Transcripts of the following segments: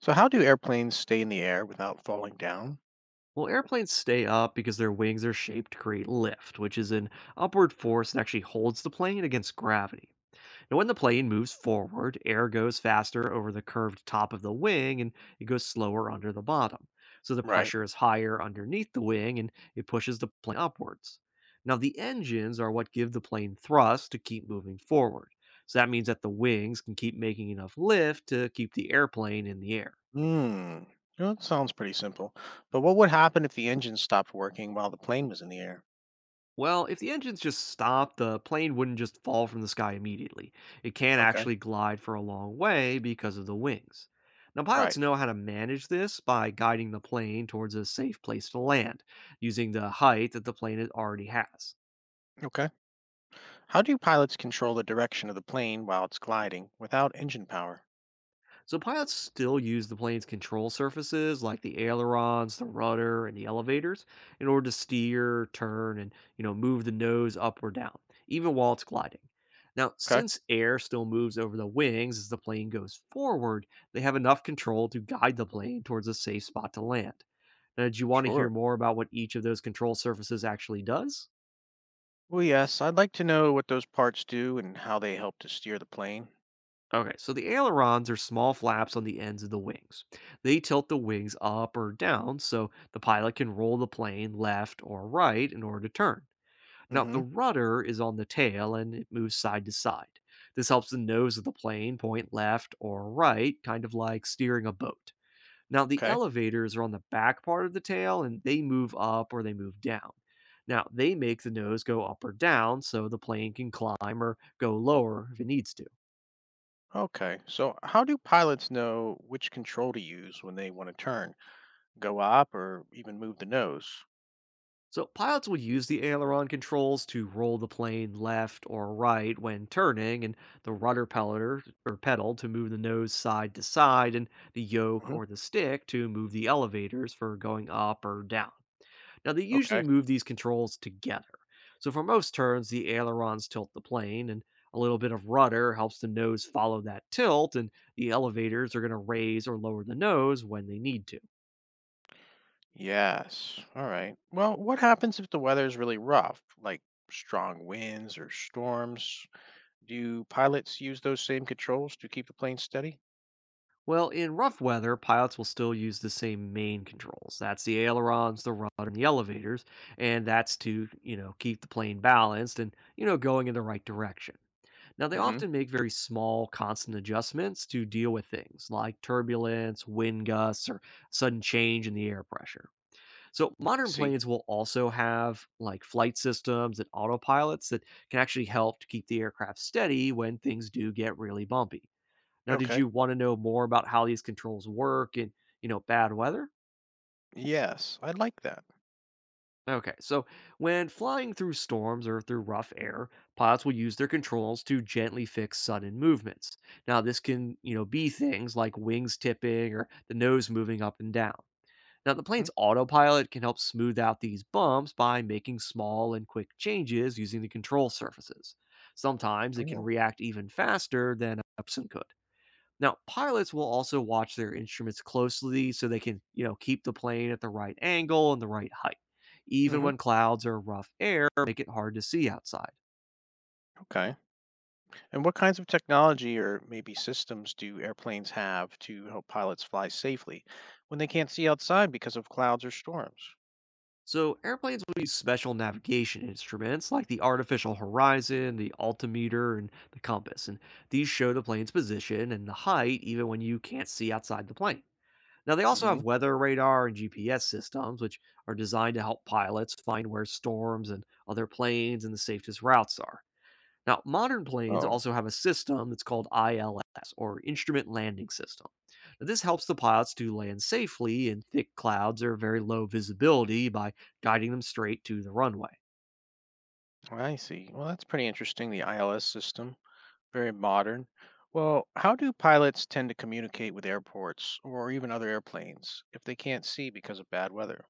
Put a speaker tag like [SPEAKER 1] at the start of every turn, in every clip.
[SPEAKER 1] So, how do airplanes stay in the air without falling down?
[SPEAKER 2] Well, airplanes stay up because their wings are shaped to create lift, which is an upward force that actually holds the plane against gravity. Now, when the plane moves forward, air goes faster over the curved top of the wing and it goes slower under the bottom. So the
[SPEAKER 1] Right.
[SPEAKER 2] pressure is higher underneath the wing and it pushes the plane upwards. Now, the engines are what give the plane thrust to keep moving forward. So that means that the wings can keep making enough lift to keep the airplane in the air.
[SPEAKER 1] Hmm. It sounds pretty simple. But what would happen if the engine stopped working while the plane was in the air?
[SPEAKER 2] Well, if the engines just stopped, the plane wouldn't just fall from the sky immediately. It can
[SPEAKER 1] Okay.
[SPEAKER 2] actually glide for a long way because of the wings. Now, pilots
[SPEAKER 1] Right.
[SPEAKER 2] know how to manage this by guiding the plane towards a safe place to land, using the height that the plane it already has.
[SPEAKER 1] Okay. How do pilots control the direction of the plane while it's gliding without engine power?
[SPEAKER 2] So pilots still use the plane's control surfaces like the ailerons, the rudder, and the elevators in order to steer, turn, and move the nose up or down, even while it's gliding. Now,
[SPEAKER 1] Okay.
[SPEAKER 2] since air still moves over the wings as the plane goes forward, they have enough control to guide the plane towards a safe spot to land. Now, did you want to hear
[SPEAKER 1] Sure.
[SPEAKER 2] more about what each of those control surfaces actually does?
[SPEAKER 1] Well, yes. I'd like to know what those parts do and how they help to steer the plane.
[SPEAKER 2] Okay, so the ailerons are small flaps on the ends of the wings. They tilt the wings up or down so the pilot can roll the plane left or right in order to turn. Now,
[SPEAKER 1] Mm-hmm.
[SPEAKER 2] the rudder is on the tail and it moves side to side. This helps the nose of the plane point left or right, kind of like steering a boat. Now, the
[SPEAKER 1] Okay.
[SPEAKER 2] elevators are on the back part of the tail and they move up or they move down. Now, they make the nose go up or down so the plane can climb or go lower if it needs to.
[SPEAKER 1] Okay. So, how do pilots know which control to use when they want to turn, go up, or even move the nose?
[SPEAKER 2] So pilots would use the aileron controls to roll the plane left or right when turning, and the rudder pelleter or pedal to move the nose side to side, and the yoke or the stick to move the elevators for going up or down. Now they
[SPEAKER 1] Okay.
[SPEAKER 2] usually move these controls together. So for most turns, the ailerons tilt the plane, and a little bit of rudder helps the nose follow that tilt, and the elevators are going to raise or lower the nose when they need to.
[SPEAKER 1] Yes. All right. Well, what happens if the weather is really rough, like strong winds or storms? Do pilots use those same controls to keep the plane steady?
[SPEAKER 2] Well, in rough weather, pilots will still use the same main controls. That's the ailerons, the rudder, and the elevators, and that's to keep the plane balanced and going in the right direction. Now, they
[SPEAKER 1] Mm-hmm.
[SPEAKER 2] often make very small, constant adjustments to deal with things like turbulence, wind gusts, or sudden change in the air pressure. So, modern
[SPEAKER 1] See.
[SPEAKER 2] planes will also have like flight systems and autopilots that can actually help to keep the aircraft steady when things do get really bumpy. Now, did
[SPEAKER 1] Okay.
[SPEAKER 2] you want to know more about how these controls work in bad weather?
[SPEAKER 1] Yes, I like that.
[SPEAKER 2] Okay, so when flying through storms or through rough air, pilots will use their controls to gently fix sudden movements. Now, this can be things like wings tipping or the nose moving up and down. Now, the
[SPEAKER 1] Mhm.
[SPEAKER 2] plane's autopilot can help smooth out these bumps by making small and quick changes using the control surfaces. Sometimes it can
[SPEAKER 1] Oh.
[SPEAKER 2] react even faster than a person could. Now, pilots will also watch their instruments closely so they can keep the plane at the right angle and the right height, even
[SPEAKER 1] Mm-hmm.
[SPEAKER 2] when clouds or rough air make it hard to see outside.
[SPEAKER 1] Okay. And what kinds of technology or maybe systems do airplanes have to help pilots fly safely when they can't see outside because of clouds or storms?
[SPEAKER 2] So, airplanes will use special navigation instruments like the artificial horizon, the altimeter, and the compass. And these show the plane's position and the height even when you can't see outside the plane. Now, they also
[SPEAKER 1] Mm-hmm.
[SPEAKER 2] have weather radar and GPS systems, which are designed to help pilots find where storms and other planes and the safest routes are. Now, modern planes
[SPEAKER 1] Oh,
[SPEAKER 2] also have a system that's called ILS, or Instrument Landing System. Now, this helps the pilots to land safely in thick clouds or very low visibility by guiding them straight to the runway.
[SPEAKER 1] I see. Well, that's pretty interesting, the ILS system. Very modern. Well, how do pilots tend to communicate with airports or even other airplanes if they can't see because of bad weather?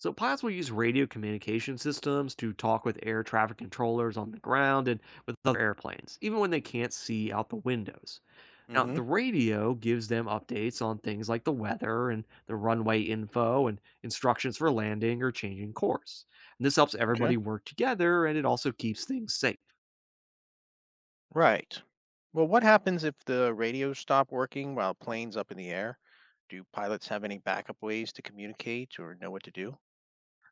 [SPEAKER 2] So, pilots will use radio communication systems to talk with air traffic controllers on the ground and with other airplanes, even when they can't see out the windows. Now,
[SPEAKER 1] Hmm.
[SPEAKER 2] the radio gives them updates on things like the weather and the runway info and instructions for landing or changing course. And this helps everybody
[SPEAKER 1] Okay.
[SPEAKER 2] work together and it also keeps things safe.
[SPEAKER 1] Right. Well, what happens if the radios stop working while planes up in the air? Do pilots have any backup ways to communicate or know what to do?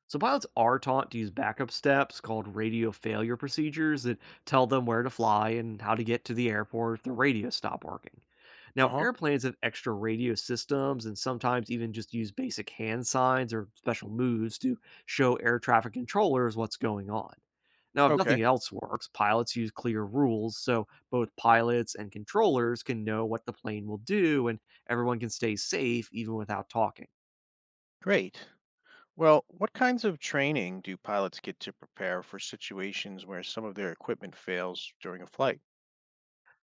[SPEAKER 2] So, pilots are taught to use backup steps called radio failure procedures that tell them where to fly and how to get to the airport if the radio stop working.
[SPEAKER 1] Uh
[SPEAKER 2] Now,
[SPEAKER 1] huh.
[SPEAKER 2] airplanes have extra radio systems and sometimes even just use basic hand signs or special moves to show air traffic controllers what's going on. Now, if
[SPEAKER 1] Okay.
[SPEAKER 2] nothing else works, pilots use clear rules so both pilots and controllers can know what the plane will do and everyone can stay safe even without talking.
[SPEAKER 1] Great. Well, what kinds of training do pilots get to prepare for situations where some of their equipment fails during a flight?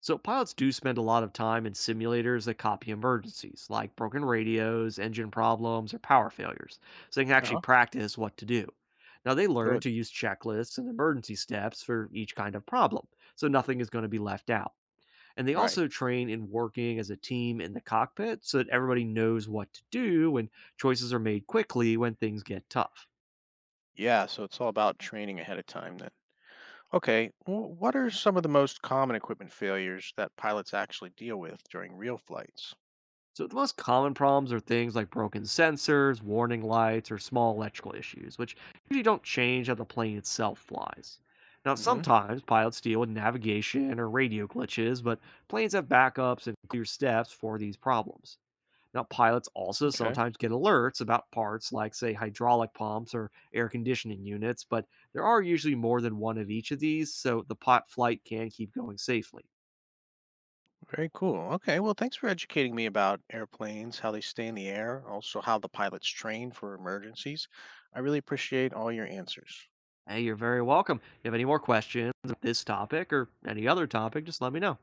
[SPEAKER 2] So pilots do spend a lot of time in simulators that copy emergencies, like broken radios, engine problems, or power failures, so they can
[SPEAKER 1] Uh
[SPEAKER 2] actually
[SPEAKER 1] huh.
[SPEAKER 2] practice what to do. Now they learn
[SPEAKER 1] Good.
[SPEAKER 2] to use checklists and emergency steps for each kind of problem, so nothing is going to be left out. And they
[SPEAKER 1] Right.
[SPEAKER 2] also train in working as a team in the cockpit so that everybody knows what to do when choices are made quickly when things get tough.
[SPEAKER 1] Yeah. So it's all about training ahead of time then. Okay, what are some of the most common equipment failures that pilots actually deal with during real flights?
[SPEAKER 2] So the most common problems are things like broken sensors, warning lights, or small electrical issues, which usually don't change how the plane itself flies. Now,
[SPEAKER 1] Hmm.
[SPEAKER 2] sometimes pilots deal with navigation or radio glitches, but planes have backups and clear steps for these problems. Now, pilots also
[SPEAKER 1] Okay.
[SPEAKER 2] sometimes get alerts about parts like, say, hydraulic pumps or air conditioning units, but there are usually more than one of each of these, so the pot flight can keep going safely.
[SPEAKER 1] Very cool. Okay, well, thanks for educating me about airplanes, how they stay in the air, also how the pilots train for emergencies. I really appreciate all your answers.
[SPEAKER 2] Hey, you're very welcome. If you have any more questions on this topic or any other topic, just let me know.